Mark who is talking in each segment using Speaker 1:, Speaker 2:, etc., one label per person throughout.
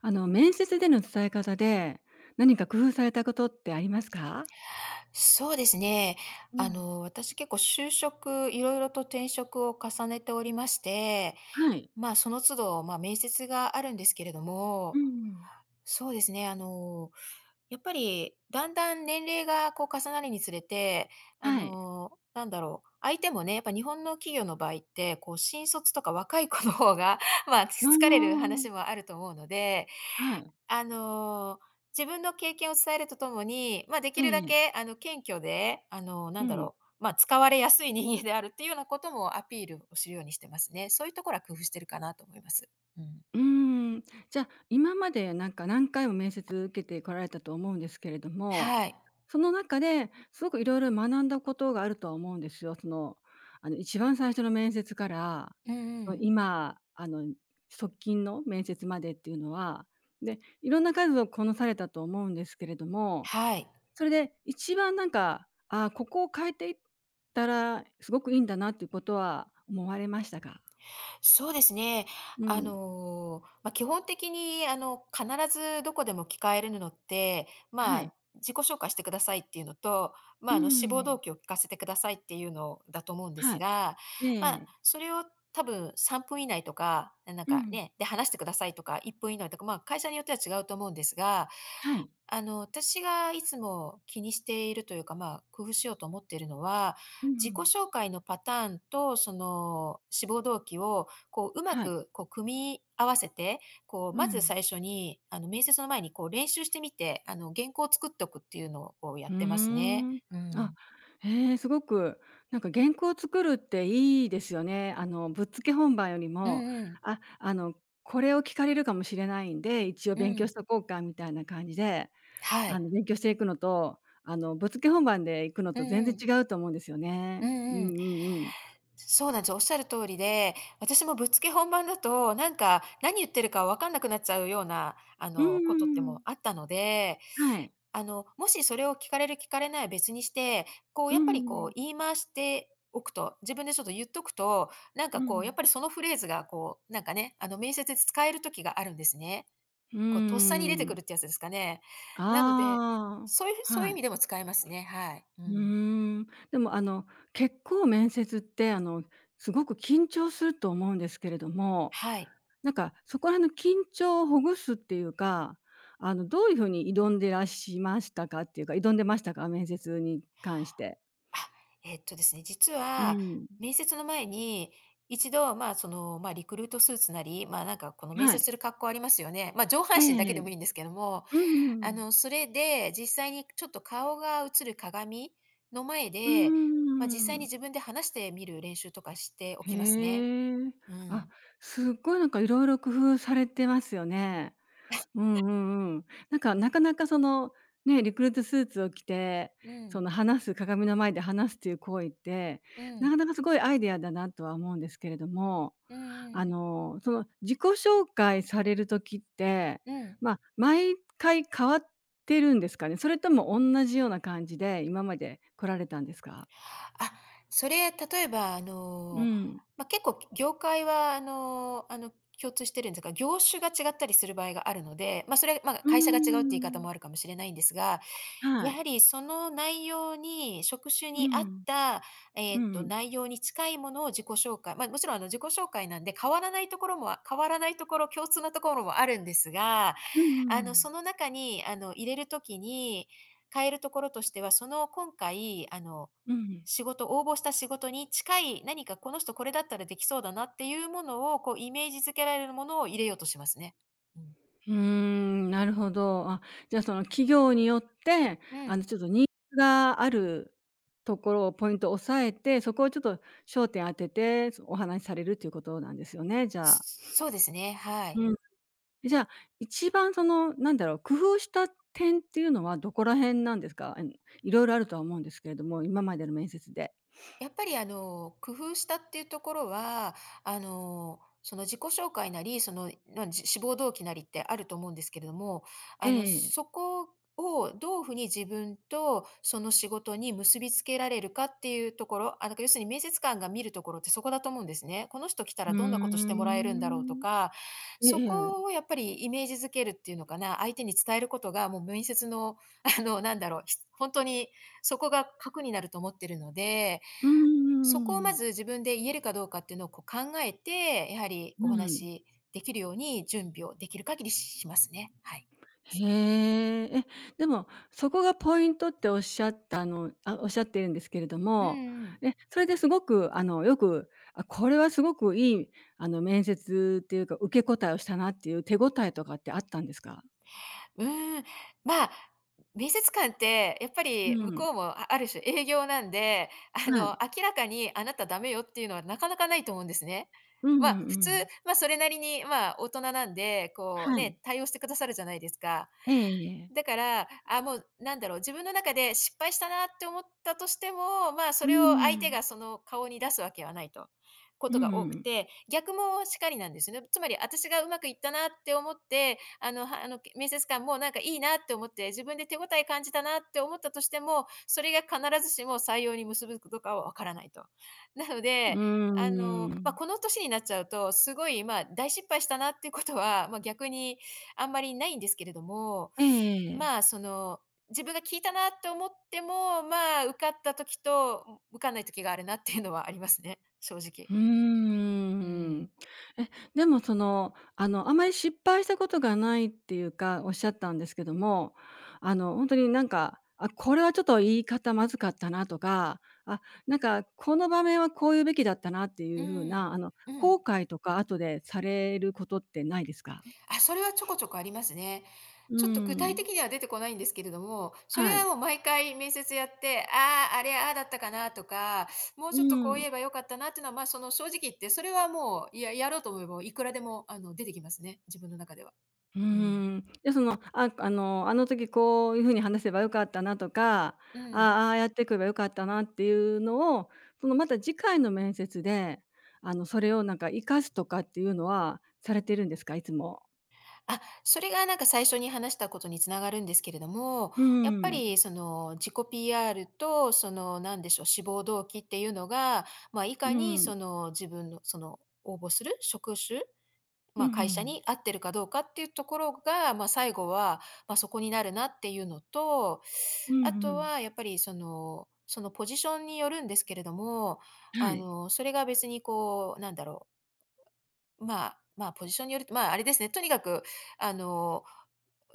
Speaker 1: 面接での伝え方で、何か工夫されたことってありますか？
Speaker 2: そうですね。
Speaker 1: うん。
Speaker 2: 私結構就職、いろいろと転職を重ねておりまして、
Speaker 1: はい。
Speaker 2: まあその都度、まあ面接があるんですけれど
Speaker 1: う
Speaker 2: も、
Speaker 1: んうん。
Speaker 2: そうですね。やっぱりだんだん年齢がこう重なるにつれて、
Speaker 1: はい。
Speaker 2: なんだろう。相手もね、やっぱ日本の企業の場合って、こう新卒とか若い子の方が、まあ
Speaker 1: あ
Speaker 2: 疲れる
Speaker 1: あ、
Speaker 2: 話もあると思うので、
Speaker 1: はい。
Speaker 2: あの、自分の経験を伝えるとともに、まあ、でき
Speaker 1: え
Speaker 2: る
Speaker 1: え
Speaker 2: だ
Speaker 1: ええ。
Speaker 2: け謙虚で、
Speaker 1: う
Speaker 2: なんだ
Speaker 1: ん。
Speaker 2: ろう、まあ、使われやすい人間であるっていうようなこともアピールをするようにしてますね。そういうところは工夫してるかなと思います。うん。
Speaker 1: うーん、じゃあ、今まで何回も面接受けてこられたと思うんですけれども、
Speaker 2: はい。
Speaker 1: その中ですごくいろいろ学んだことがあるとは思うんですよ。その、一番最初の面接から、
Speaker 2: うんう
Speaker 1: その、
Speaker 2: ん。
Speaker 1: 今、側近の面接までっていうのは、で、いろんな数をこなされたと思うんですけれども、
Speaker 2: はい。
Speaker 1: それで一番なんか、ここを変えていったらすごくいいんだなっていうことは思われましたか？
Speaker 2: そうですね。
Speaker 1: うん。
Speaker 2: まあ、基本的に、必ずどこでも聞かえるのって、
Speaker 1: は
Speaker 2: ま
Speaker 1: い。
Speaker 2: あ、自己紹介してくださいっていうのと、
Speaker 1: う
Speaker 2: まあ、志望動
Speaker 1: ん。
Speaker 2: 機を聞かせてくださいっていうのだと思うんで
Speaker 1: は
Speaker 2: す
Speaker 1: い。
Speaker 2: が、
Speaker 1: え
Speaker 2: まあ、
Speaker 1: え。
Speaker 2: それを多分3分以内とか、なん
Speaker 1: う
Speaker 2: か
Speaker 1: ん。
Speaker 2: ね、で、話してくださいとか、1分以内とか、まあ、会社によっては違うと思うんですが、
Speaker 1: はい。
Speaker 2: 私がいつも気にしているというか、まあ、工夫しようと思っているのは、
Speaker 1: う
Speaker 2: 自己
Speaker 1: ん。
Speaker 2: 紹介のパターンと、その、志望動機をこう、うま
Speaker 1: はい。
Speaker 2: くこう組み合わせて、こう、
Speaker 1: う
Speaker 2: まず
Speaker 1: ん。
Speaker 2: 最初に、面接の前にこう練習してみて、原稿を作っとくっていうのをこうや
Speaker 1: うー
Speaker 2: ってますね。
Speaker 1: ん。
Speaker 2: う
Speaker 1: あ、
Speaker 2: ん。
Speaker 1: へえ、すごく。なんか原稿を作るっていいですよね。ぶっつけ本番より
Speaker 2: う
Speaker 1: も、
Speaker 2: んうん。
Speaker 1: あ、これを聞かれるかもしれないんで、一応
Speaker 2: う
Speaker 1: 勉強し
Speaker 2: ん。
Speaker 1: とこうかみたいな感じで、
Speaker 2: はい。
Speaker 1: 勉強していくのと、ぶっつけ本番で行くの
Speaker 2: う
Speaker 1: と全
Speaker 2: ん
Speaker 1: 然
Speaker 2: うん。
Speaker 1: 違うと思うんですよ
Speaker 2: う
Speaker 1: ね。うんう
Speaker 2: んうん。
Speaker 1: んうん。
Speaker 2: そうなんですよ。おっしゃる通りで、私もぶっつけ本番だと、なんか、何言ってるか分かんなくなっちゃうような、
Speaker 1: うんう
Speaker 2: ことっ
Speaker 1: ん
Speaker 2: て
Speaker 1: うん。
Speaker 2: もあったので
Speaker 1: はい。
Speaker 2: もしそれを聞かれる聞かれないは別にして、こう
Speaker 1: う
Speaker 2: や
Speaker 1: ん
Speaker 2: っ
Speaker 1: う
Speaker 2: ぱ
Speaker 1: ん
Speaker 2: り
Speaker 1: う
Speaker 2: こう
Speaker 1: ん。
Speaker 2: 言い回しておくと、自分でちょっと言っとくと、なんか
Speaker 1: う
Speaker 2: こ
Speaker 1: ん。
Speaker 2: うやっぱりそのフレーズがこう、なんかね、あの面接で使える時があるんですね。
Speaker 1: うー
Speaker 2: こうとっさに出てく
Speaker 1: ん。
Speaker 2: るってやつですかね。
Speaker 1: あ
Speaker 2: なので、
Speaker 1: あ、
Speaker 2: そういう
Speaker 1: は
Speaker 2: 意
Speaker 1: い。
Speaker 2: 味でも使えますね。はい。う
Speaker 1: う
Speaker 2: ん。
Speaker 1: ーん。でも、結構面接ってすごく緊張すると思うんですけれども、
Speaker 2: はい。
Speaker 1: なんかそこら辺の緊張をほぐすっていうか、どういうふうに挑んでらっしゃいましたかっていうか、挑んでましたか？面接に関して。
Speaker 2: あ、えっとですね、実
Speaker 1: う
Speaker 2: は
Speaker 1: ん。
Speaker 2: 面接の前に、一度、まあ、その、まあ、リクルートスーツなり、まあ、なんか、この面
Speaker 1: は
Speaker 2: 接
Speaker 1: い。
Speaker 2: する格好ありますよね。まあ、上半身だけでも
Speaker 1: ええ。
Speaker 2: いいんですけども、
Speaker 1: うんうん。う
Speaker 2: それで、実際にちょっと顔が映る鏡の前で、
Speaker 1: ー
Speaker 2: まあ、実際に
Speaker 1: ん。
Speaker 2: 自分で話してみる練習とかしてお
Speaker 1: へ
Speaker 2: きますね。
Speaker 1: え。
Speaker 2: う
Speaker 1: あ、
Speaker 2: ん。
Speaker 1: すっごいなんかいろいろ工夫されてますよね。うんうんうん。なんか、なかなかその、ね、リクルートスーツを着て、
Speaker 2: う
Speaker 1: そ
Speaker 2: ん。
Speaker 1: の話す鏡の前で話すっていう行為って、
Speaker 2: う
Speaker 1: な
Speaker 2: ん。
Speaker 1: かなかすごいアイデアだなとは思うんですけれども、
Speaker 2: うんうん。
Speaker 1: その自己紹介される時って、
Speaker 2: うん。
Speaker 1: まあ、毎回変わってるんですかね？それとも同じような感じで今まで来られたんですか？
Speaker 2: あ、それ、例えば、
Speaker 1: うん。
Speaker 2: まあ、結構業界は、共通してるんですが、業種が違ったりする場合があるので、まあ、それ、まあ、
Speaker 1: うー
Speaker 2: 会社が違うって言い方
Speaker 1: ん。
Speaker 2: もあるかもしれないんですが、
Speaker 1: は
Speaker 2: や
Speaker 1: い。
Speaker 2: はりその内容に職種
Speaker 1: う
Speaker 2: に合っ
Speaker 1: ん。
Speaker 2: た、
Speaker 1: うん。
Speaker 2: 内容に近いものを自己紹介、まあ、もちろん自己紹介なんで変わらないところも変わらないところ、共通のところもあるんですが、
Speaker 1: うんうんうん。
Speaker 2: その中に入れるときに変えるところとしては、その今回
Speaker 1: うん。
Speaker 2: 仕事応募した仕事に近い、何かこの人これだったらできそうだなっていうものを、こうイメージ付けられるものを入れようとしますね。うん。
Speaker 1: うーん、なるほど。あ、じゃあ、その企業によって、
Speaker 2: うん。
Speaker 1: ちょっとニーズがあるところをポイントを押さえて、そこをちょっと焦点当てて、そお話しされるっていうことなんですよね、じゃ
Speaker 2: そ
Speaker 1: あ。
Speaker 2: そうですね、はい。
Speaker 1: うん。じゃあ、一番その、なんだろう、工夫した点っていうのはどこら辺なんですか？いろいろあるとは思うんですけれども、今までの面接で。
Speaker 2: やっぱり工夫したっていうところは、その自己紹介なり、その、志望動機なりってあると思うんですけれども、
Speaker 1: え
Speaker 2: そ
Speaker 1: え。
Speaker 2: こをどういうふうに自分とその仕事に結びつけられるかっていうところ、あ、だから要するに面接官が見るところってそこだと思うんですね。この人来た
Speaker 1: う
Speaker 2: ら
Speaker 1: ー
Speaker 2: どんなことしてもらえるんだろうと
Speaker 1: ん。
Speaker 2: か、
Speaker 1: ええ
Speaker 2: そ
Speaker 1: え
Speaker 2: こを
Speaker 1: え。
Speaker 2: やっぱりイメージづけるっていうのかな、相手に伝えることがもう面接のなんだろう、ひほにそこが核になると思ってるので
Speaker 1: うんうんう
Speaker 2: そ
Speaker 1: んう
Speaker 2: こをま
Speaker 1: ん。
Speaker 2: ず自分で言えるかどうかっていうのをこう考えて、やはり
Speaker 1: う
Speaker 2: お話
Speaker 1: ん。
Speaker 2: しできるように準備をできる限りしますね。はい。
Speaker 1: へえ。え、でも、そこがポイントっておっしゃったおっしゃっているんですけれど
Speaker 2: うん
Speaker 1: も、
Speaker 2: うん。
Speaker 1: え、それですごくよく、あ、これはすごくいい面接っていうか、受け答えをしたなっていう手応えとかってあったんですか？
Speaker 2: うーん、まあ、面接官ってやっぱ
Speaker 1: う
Speaker 2: り向
Speaker 1: ん。
Speaker 2: こうも、ある種営業なんで、
Speaker 1: はい。
Speaker 2: 明らかにあなたダメよっていうのはなかなかないと思うんですね。
Speaker 1: うんうん
Speaker 2: まあ、
Speaker 1: う
Speaker 2: 普通、
Speaker 1: ん。
Speaker 2: まあ、それなりに、まあ、大人なんで、こう
Speaker 1: はい。
Speaker 2: ね、対応してくださるじゃないですか。
Speaker 1: えええ
Speaker 2: だ
Speaker 1: え。
Speaker 2: から、あ、もうなんだろう、自分の中で失敗したなって思ったとしても、まあ、そ
Speaker 1: う
Speaker 2: れを
Speaker 1: ー
Speaker 2: 相手
Speaker 1: ん。
Speaker 2: がその顔に出すわけはないと、こ
Speaker 1: うん
Speaker 2: とが
Speaker 1: う
Speaker 2: 多く
Speaker 1: ん。
Speaker 2: て、逆もしかりなんですよね。つまり、私がうまくいったなって思って、あの、面接官もなんかいいなって思って、自分で手応え感じたなって思ったとしても、それが必ずしも採用に結ぶことかはわからないと。なの
Speaker 1: う
Speaker 2: で、
Speaker 1: ー
Speaker 2: まあ、
Speaker 1: ん。
Speaker 2: この年になっちゃうと、すごい、まあ、大失敗したなっていうことは、まあ、逆にあんまりないんですけれども、
Speaker 1: えええ。
Speaker 2: まあ、その、自分が聞いたなって思っても、まあ、受かった時と、受かんない時があるなっていうのはありますね、正直。
Speaker 1: うー
Speaker 2: う
Speaker 1: ん。
Speaker 2: ん。
Speaker 1: え、でもその、あまり失敗したことがないっていうか、おっしゃったんですけども、ほんとになんか、あ、これはちょっと言い方まずかったなとか、あ、なんかこの場面はこう言うべきだったなってい
Speaker 2: う
Speaker 1: う風
Speaker 2: ん、
Speaker 1: な、
Speaker 2: う
Speaker 1: 後
Speaker 2: ん。
Speaker 1: 悔とか後でされることってないですか？
Speaker 2: あ、それはちょこちょこありますね。
Speaker 1: う
Speaker 2: ちょっと具
Speaker 1: ー
Speaker 2: 体
Speaker 1: ん。
Speaker 2: 的には出てこないんですけれども、それ
Speaker 1: は
Speaker 2: は
Speaker 1: い。
Speaker 2: もう毎回面接やって、ああ、あれ、ああだったかなとか、もう
Speaker 1: う
Speaker 2: ちょっと
Speaker 1: ー
Speaker 2: こう
Speaker 1: ん。
Speaker 2: 言えばよかったなっていうのは、まあ、その正直言って、それはもう、いややろうと思えばいくらでも、出てきますね、自分の中では。
Speaker 1: うー
Speaker 2: うん。
Speaker 1: ん。で、その、あの時こういう風に話せばよかったなとか、あ
Speaker 2: う
Speaker 1: あ、
Speaker 2: ん。
Speaker 1: ああやってくればよかったなっていうのを、そのまた次回の面接で、それをなんか活かすとかっていうのはされてるんですか？いつも。
Speaker 2: あ、それがなんか最初に話したことに繋がるんですけれども、
Speaker 1: う
Speaker 2: やっぱ
Speaker 1: ーん。
Speaker 2: りその自己 PR とその何でしょう、志望動機っていうのが、まあ、いか
Speaker 1: う
Speaker 2: に
Speaker 1: ん。
Speaker 2: その自分のその応募する職種、
Speaker 1: うん
Speaker 2: ま
Speaker 1: う
Speaker 2: あ、会社
Speaker 1: ん。
Speaker 2: に合ってるかどうかっていうところが、まあ、最後は、まあ、そこになるなっていうのと、
Speaker 1: う
Speaker 2: あ
Speaker 1: んう
Speaker 2: と
Speaker 1: ん。
Speaker 2: はやっぱりその、そのポジションによるんですけれども、
Speaker 1: はい。
Speaker 2: それが別にこうなんだろうまあ、まあ、ポジションによると、まあ、あれですね、とにかく、あの、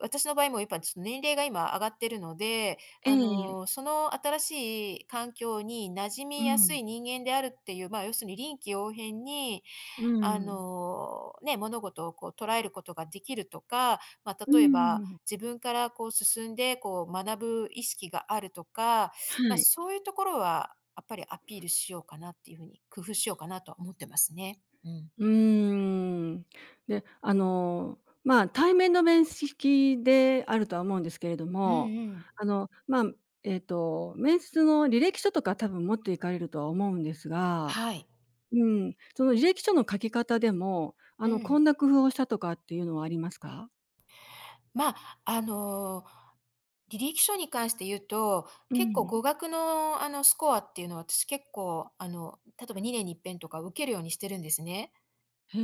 Speaker 2: 私の場合もやっぱちょっと年齢が今上がってるので、
Speaker 1: ええええ。
Speaker 2: その新しい環境に馴染
Speaker 1: う
Speaker 2: みやす
Speaker 1: ん。
Speaker 2: い人間であるっていう、まあ、要するに臨機応変に、
Speaker 1: うん。
Speaker 2: ね、物事をこう捉えることができるとか、まあ、
Speaker 1: うんうんうん。はい。えええ。うんうん
Speaker 2: 例え
Speaker 1: うん
Speaker 2: ば
Speaker 1: うんうん。
Speaker 2: 自分からこう進んでこう学ぶ意識があるとか、
Speaker 1: は
Speaker 2: まあ、
Speaker 1: い。
Speaker 2: そういうところはやっぱりアピールしようかなっていうふうに工夫しようかなとは思ってますね。うん。
Speaker 1: うーん。で、まあ、対面の面識であるとは思うんですけれど
Speaker 2: うん
Speaker 1: も、
Speaker 2: うん
Speaker 1: あの、まあ、面接の履歴書とか多分持っていかれるとは思うんですが、
Speaker 2: はい。
Speaker 1: うん、その履歴書の書き方でも、
Speaker 2: う
Speaker 1: こ
Speaker 2: ん。
Speaker 1: んな工夫をしたとかっていうのはありますか？
Speaker 2: まあ、履歴書に関して言うと、
Speaker 1: う
Speaker 2: 結構語
Speaker 1: ん。
Speaker 2: 学の、スコアっていうのは、私結構、例えば2年に1遍とか受けるようにしてるんですね。
Speaker 1: へ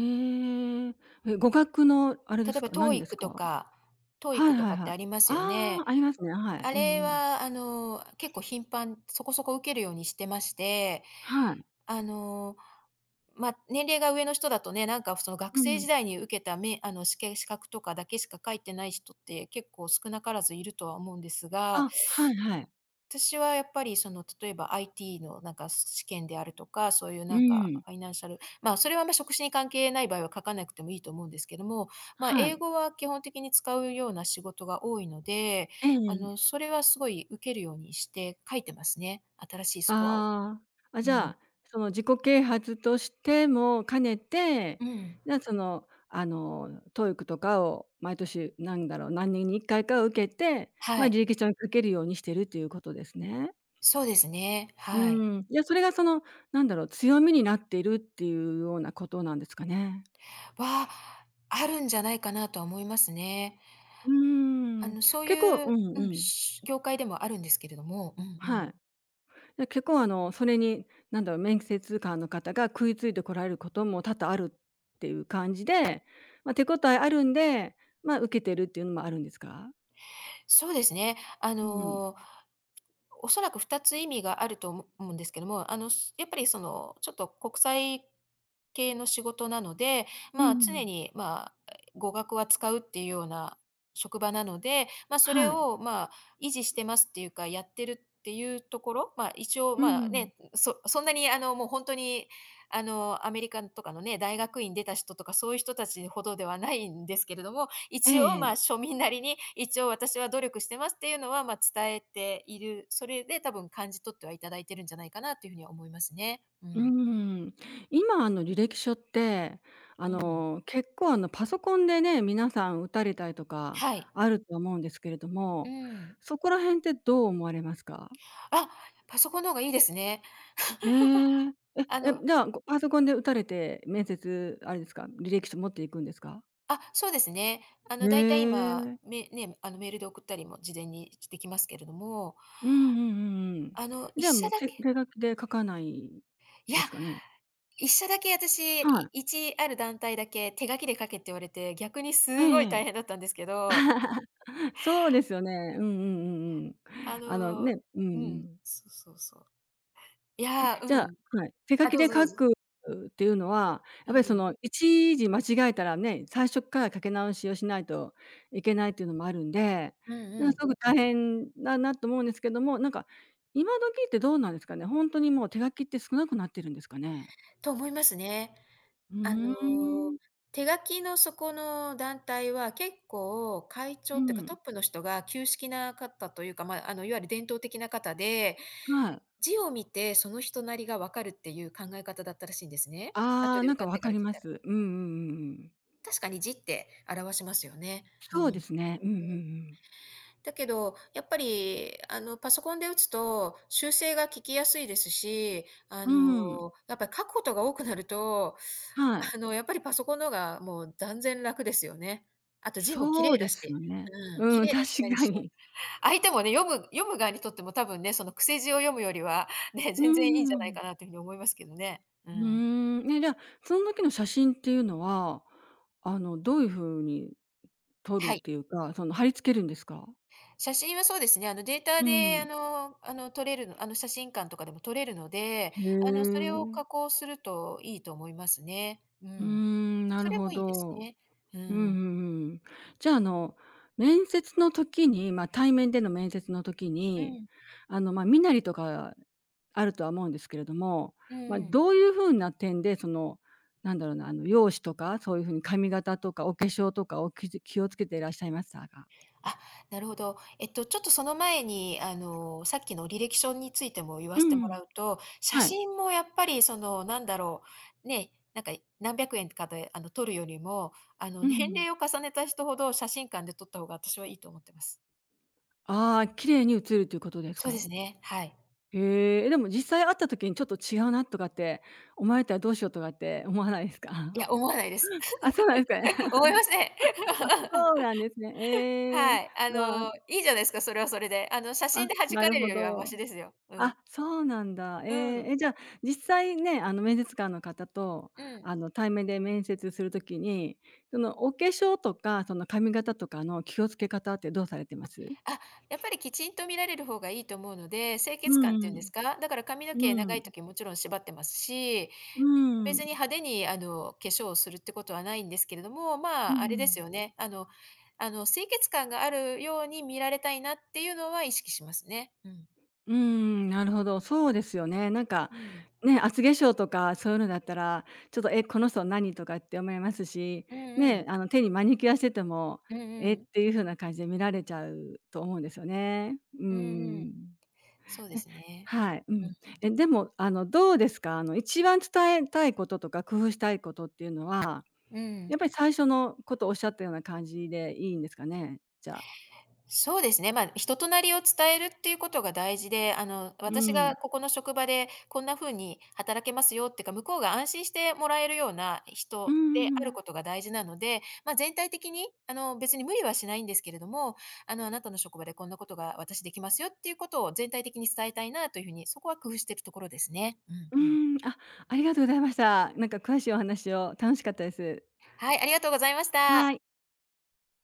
Speaker 1: え。え、語学のあれで
Speaker 2: 例え
Speaker 1: す
Speaker 2: ば
Speaker 1: か？何です
Speaker 2: TOEIC と
Speaker 1: か？
Speaker 2: か、トーイ
Speaker 1: はい
Speaker 2: i と
Speaker 1: はい
Speaker 2: かっ
Speaker 1: はい。
Speaker 2: てありますよ
Speaker 1: あ
Speaker 2: ね。
Speaker 1: あ、ありますね。はい。
Speaker 2: あ
Speaker 1: うん
Speaker 2: れ
Speaker 1: うん。
Speaker 2: は、結構頻繁、そこそこ受けるようにしてまして、
Speaker 1: はい。
Speaker 2: あの、年齢が上の人だとね、なんかその学
Speaker 1: うん
Speaker 2: 生
Speaker 1: う
Speaker 2: 時
Speaker 1: ん。
Speaker 2: 代に受けため試験資格とかだけしか書いてない人って結構少なからずいるとは思うんですが、
Speaker 1: あ、はいはい。
Speaker 2: 私はやっぱりその例えば IT のなんか試験であるとか、そういう
Speaker 1: う
Speaker 2: なんか
Speaker 1: ん。
Speaker 2: ファイナンシャル、ま、それはあんま職種に関係ない場合は書かなくてもいいと思うんですけども、ま、
Speaker 1: は
Speaker 2: 英
Speaker 1: い。
Speaker 2: 語は基本的に使うような仕事が多いので、
Speaker 1: ええ。
Speaker 2: それはすごい受けるようにして書いてますね、新しいスコアを。
Speaker 1: ああ。あ、
Speaker 2: う
Speaker 1: じゃ
Speaker 2: ん。
Speaker 1: あ、その自己啓発としても兼ねて、
Speaker 2: うん。
Speaker 1: じゃあ、その、TOEIC とかを毎年、なんだろう、何年に1回かいか受けて、
Speaker 2: は
Speaker 1: ま、
Speaker 2: い。
Speaker 1: 履歴書に書けるようにしてるっていうことですね。
Speaker 2: そうですね、は
Speaker 1: う
Speaker 2: い。
Speaker 1: ん。じゃ、それがその、なんだろう、強みになっているっていうようなことなんですかね。
Speaker 2: は、あるんじゃないかなとは思いますね。
Speaker 1: うーん。
Speaker 2: そう
Speaker 1: 結構。
Speaker 2: い
Speaker 1: う
Speaker 2: う、
Speaker 1: ん
Speaker 2: う
Speaker 1: う
Speaker 2: ん、
Speaker 1: ん。
Speaker 2: し業界でもあるんですけれども、うんう
Speaker 1: は
Speaker 2: ん。
Speaker 1: い。で、結構それに、なんだろう、面接官の方が食いついてこられることも多々あるっていう感じで、まあ、手応えあるんで、まあ、受けてるっていうのもあるんですか？
Speaker 2: そうですね、
Speaker 1: うん。
Speaker 2: おそらく2つ意味があると思うんですけども、やっぱりその、ちょっと国際系の仕事なので、
Speaker 1: う
Speaker 2: まあ、常
Speaker 1: ん。
Speaker 2: に、まあ、語学は使うっていうような職場なので、ま、それ
Speaker 1: はい。
Speaker 2: を、まあ、維持してますっていうか、やってるっていうところ、まあ、一応、
Speaker 1: うんう
Speaker 2: まあ、
Speaker 1: ん。
Speaker 2: ね、そんなにもう本当にアメリカとかのね、大学院出た人とか、そういう人たちほどではないんですけれども、一応、まあ、
Speaker 1: ええ。
Speaker 2: 庶民なりに、一応私は努力してますっていうのは、まあ、伝えている。それで多分感じ取ってはいただいてるんじゃないかなというふうには思いますね。う
Speaker 1: う
Speaker 2: ん。
Speaker 1: ん。今履歴書って、
Speaker 2: うん。
Speaker 1: 結構パソコンでね、皆さん打たれたりとか
Speaker 2: はい。
Speaker 1: あると思うんですけれど
Speaker 2: う
Speaker 1: も、
Speaker 2: ん。
Speaker 1: そこら辺ってどう思われますか？
Speaker 2: あ、パソコンの方がいいですね。
Speaker 1: へえ。え、
Speaker 2: あ
Speaker 1: え、
Speaker 2: の、
Speaker 1: じゃあ、ごパソコンで打たれて、面接あれですか、履歴書持っていくんですか？
Speaker 2: あ、そうですね。
Speaker 1: へ
Speaker 2: だいたい今、
Speaker 1: え。
Speaker 2: メールで送ったりも事前にできますけれども、
Speaker 1: うんうんうんうん。
Speaker 2: 一
Speaker 1: じゃあ、も
Speaker 2: 社
Speaker 1: う、
Speaker 2: だ
Speaker 1: 手
Speaker 2: け、
Speaker 1: 手書きで書かない
Speaker 2: いや、
Speaker 1: ですかね？
Speaker 2: 一社だけ私、
Speaker 1: はい。
Speaker 2: ある団体だけ手書きで書けって言われて、逆に
Speaker 1: ええ
Speaker 2: すごい大
Speaker 1: え
Speaker 2: 変だっ
Speaker 1: え。
Speaker 2: たんですけど、
Speaker 1: そうですよね。うんうんうんうん。
Speaker 2: あ
Speaker 1: あの
Speaker 2: の
Speaker 1: ね、うんう
Speaker 2: うん、
Speaker 1: ん。
Speaker 2: そうそうそう。い
Speaker 1: え、
Speaker 2: や、う
Speaker 1: じゃあ
Speaker 2: ん。
Speaker 1: はい、手書
Speaker 2: あ、
Speaker 1: き
Speaker 2: ど
Speaker 1: で
Speaker 2: うぞど
Speaker 1: 書
Speaker 2: うぞ。
Speaker 1: くっていうのは、
Speaker 2: う
Speaker 1: やっぱりそ
Speaker 2: ん。
Speaker 1: の一字間違えたらね、最初っから書き直しをしないといけないっていうのもあるんで、
Speaker 2: うん
Speaker 1: な
Speaker 2: う
Speaker 1: んかす
Speaker 2: ん。
Speaker 1: ごく大変だなと思うんですけども、なんか今時ってどうなんですかね？ほんとにもう手書きって少なくなってるんですかね？
Speaker 2: と思いますね。
Speaker 1: う
Speaker 2: あ
Speaker 1: ー
Speaker 2: の、
Speaker 1: ん。
Speaker 2: 手書きのそこの団体は結構会
Speaker 1: う
Speaker 2: 長っていうか、ト
Speaker 1: ん。
Speaker 2: ップの人が旧式な方というか、ま、いわゆる伝統的な方で、
Speaker 1: はい。
Speaker 2: 字を見てその人なりが分かるっていう考え方だったらしいんですね。
Speaker 1: あ
Speaker 2: 後
Speaker 1: あ、
Speaker 2: で
Speaker 1: なん
Speaker 2: 受
Speaker 1: か
Speaker 2: かっ
Speaker 1: わ
Speaker 2: てか
Speaker 1: か
Speaker 2: ら
Speaker 1: り
Speaker 2: 聞い
Speaker 1: ます。
Speaker 2: た。
Speaker 1: うんうんうんうん。
Speaker 2: 確かに字って表しますよね。う
Speaker 1: そ
Speaker 2: ん。
Speaker 1: う
Speaker 2: う
Speaker 1: ですね。うんうんう
Speaker 2: ん。
Speaker 1: ん。
Speaker 2: だけど、やっぱり、パソコンで打つと修正が聞きやすいですし、
Speaker 1: うーん。
Speaker 2: やっぱり書くことが多くなると、
Speaker 1: はい。
Speaker 2: やっぱりパソコンの方がもう断然楽ですよね。あと字も綺
Speaker 1: そう
Speaker 2: 麗
Speaker 1: で
Speaker 2: だし。
Speaker 1: すよね。
Speaker 2: うん、綺
Speaker 1: うん、
Speaker 2: 麗だし、
Speaker 1: 確
Speaker 2: 何
Speaker 1: か
Speaker 2: しろ。
Speaker 1: に。
Speaker 2: 相手もね、読む側にとっても多分ね、その癖字を読むよりは、ね、
Speaker 1: うん
Speaker 2: 全然いい
Speaker 1: う
Speaker 2: んじ
Speaker 1: ん
Speaker 2: ゃ
Speaker 1: う
Speaker 2: ない
Speaker 1: ん。
Speaker 2: かなというふうに思いますけどね。う
Speaker 1: うー
Speaker 2: ん。
Speaker 1: ん。ね、じゃあ、その時の写真っていうのは、どういう風に撮
Speaker 2: は
Speaker 1: るっ
Speaker 2: い。
Speaker 1: ていうか、その、貼り付けるんですか？
Speaker 2: 写真はそうですね、データ
Speaker 1: う
Speaker 2: で
Speaker 1: ん。
Speaker 2: 撮れるの写真館とかでも撮れるので、
Speaker 1: へ
Speaker 2: それを加
Speaker 1: え。
Speaker 2: 工するといいと思いますね。う
Speaker 1: うー
Speaker 2: ん。
Speaker 1: ん、な
Speaker 2: そ
Speaker 1: る
Speaker 2: れも
Speaker 1: ほ
Speaker 2: いいです
Speaker 1: ど。
Speaker 2: ね。う
Speaker 1: うんう
Speaker 2: ん。
Speaker 1: んうん。じゃあ、面接の時に、ま、対面での面接の時
Speaker 2: う
Speaker 1: に、
Speaker 2: ん。
Speaker 1: ま、身なりとかあるとは思うんですけれども、
Speaker 2: う
Speaker 1: ま、
Speaker 2: ん。
Speaker 1: どういう風な点で、その、なんだろうな、容姿とか、そういう風に髪型とかお化粧とかを気をつけていらっしゃいましたか？
Speaker 2: あ、なるほど。ちょっとその前に、さっきの履歴書についても言わ
Speaker 1: う
Speaker 2: せても
Speaker 1: ん、
Speaker 2: らうと、写
Speaker 1: はい。
Speaker 2: 真もやっぱりその、なんだろう、ね、なんか何百円かで撮るよりも、
Speaker 1: う
Speaker 2: 年
Speaker 1: ん。
Speaker 2: 齢を重ねた人ほど写真館で撮った方が私はいいと思ってます。
Speaker 1: ああ、綺麗に映るということです
Speaker 2: そうで
Speaker 1: か？
Speaker 2: すね。はい。
Speaker 1: へえ、でも実際会った時にちょっと違うなとかって思われたらどうしようとかって思わないですか？
Speaker 2: いや、思わないです。
Speaker 1: あ、そうなんですかね。
Speaker 2: 思 いません。
Speaker 1: そうなん ですね。ええ、
Speaker 2: はい。
Speaker 1: まあ、
Speaker 2: いいじゃないですか、それはそれで。写
Speaker 1: あ、
Speaker 2: 真で弾
Speaker 1: な
Speaker 2: か
Speaker 1: る
Speaker 2: れる
Speaker 1: ほ
Speaker 2: よりはマ
Speaker 1: ど。
Speaker 2: シですよ。う
Speaker 1: あ、
Speaker 2: ん。
Speaker 1: そうなんだ。え
Speaker 2: うん。
Speaker 1: え、え、じゃあ、実際ね、面接官の方と、
Speaker 2: うん。
Speaker 1: 対面で面接する時に、その、お化粧とか、その、髪型とかの気をつけ方ってどうされてます？
Speaker 2: あ、やっぱりきちんと見られる方がいいと思うので、清
Speaker 1: う
Speaker 2: 潔感っていうんで
Speaker 1: ん
Speaker 2: すか、だから髪の毛
Speaker 1: う
Speaker 2: 長
Speaker 1: ん。う
Speaker 2: い時もちろん縛ってますし、別に
Speaker 1: ん。
Speaker 2: 派手に化粧をするってことはないんですけれども、
Speaker 1: う
Speaker 2: まあ、あれです
Speaker 1: ん。
Speaker 2: よね、清潔感があるように見られたいなっていうのは意識しますね。うん。
Speaker 1: うーん、なるほど、そうですよね。なんか、
Speaker 2: うん。
Speaker 1: ね、厚化粧とかそういうのだったら、ちょっと、「え、この人何？」とかって思いますし、
Speaker 2: うんう
Speaker 1: ね、
Speaker 2: ん。
Speaker 1: 手にマニキュアしてても、
Speaker 2: うんう
Speaker 1: 「え？」っ
Speaker 2: ん。
Speaker 1: ていう風な感じで見られちゃうと思うんですよね。う
Speaker 2: うんう
Speaker 1: ん
Speaker 2: ん。
Speaker 1: ん。
Speaker 2: そうで
Speaker 1: え。
Speaker 2: すね。
Speaker 1: はい、う
Speaker 2: う
Speaker 1: ん。
Speaker 2: ん。
Speaker 1: え、でも、どうですか？一番伝えたいこととか、工夫したいことっていうのは、
Speaker 2: うん。
Speaker 1: やっぱり最初のことをおっしゃったような感じでいいんですかね？じゃあ。
Speaker 2: そうですね、まあ、人となりを伝えるっていうことが大事で、
Speaker 1: う
Speaker 2: 私
Speaker 1: ん。
Speaker 2: がここの職場でこんな風に働けますよっていうか、向こうが安心してもらえるような
Speaker 1: うん
Speaker 2: 人
Speaker 1: う
Speaker 2: で
Speaker 1: んう
Speaker 2: ある
Speaker 1: ん。
Speaker 2: ことが大事なので、まあ、全体的に、別に無理はしないんですけれども、あなたの職場でこんなことが私できますよっていうことを全体的に伝えたいなというふうに、そこは工夫しているところですね。うん
Speaker 1: うー
Speaker 2: うん。
Speaker 1: ん、あ、ありがとうございました。なんか詳しいお話を楽しかったです。
Speaker 2: はい、ありがとうございまし
Speaker 1: は
Speaker 2: た。
Speaker 1: い。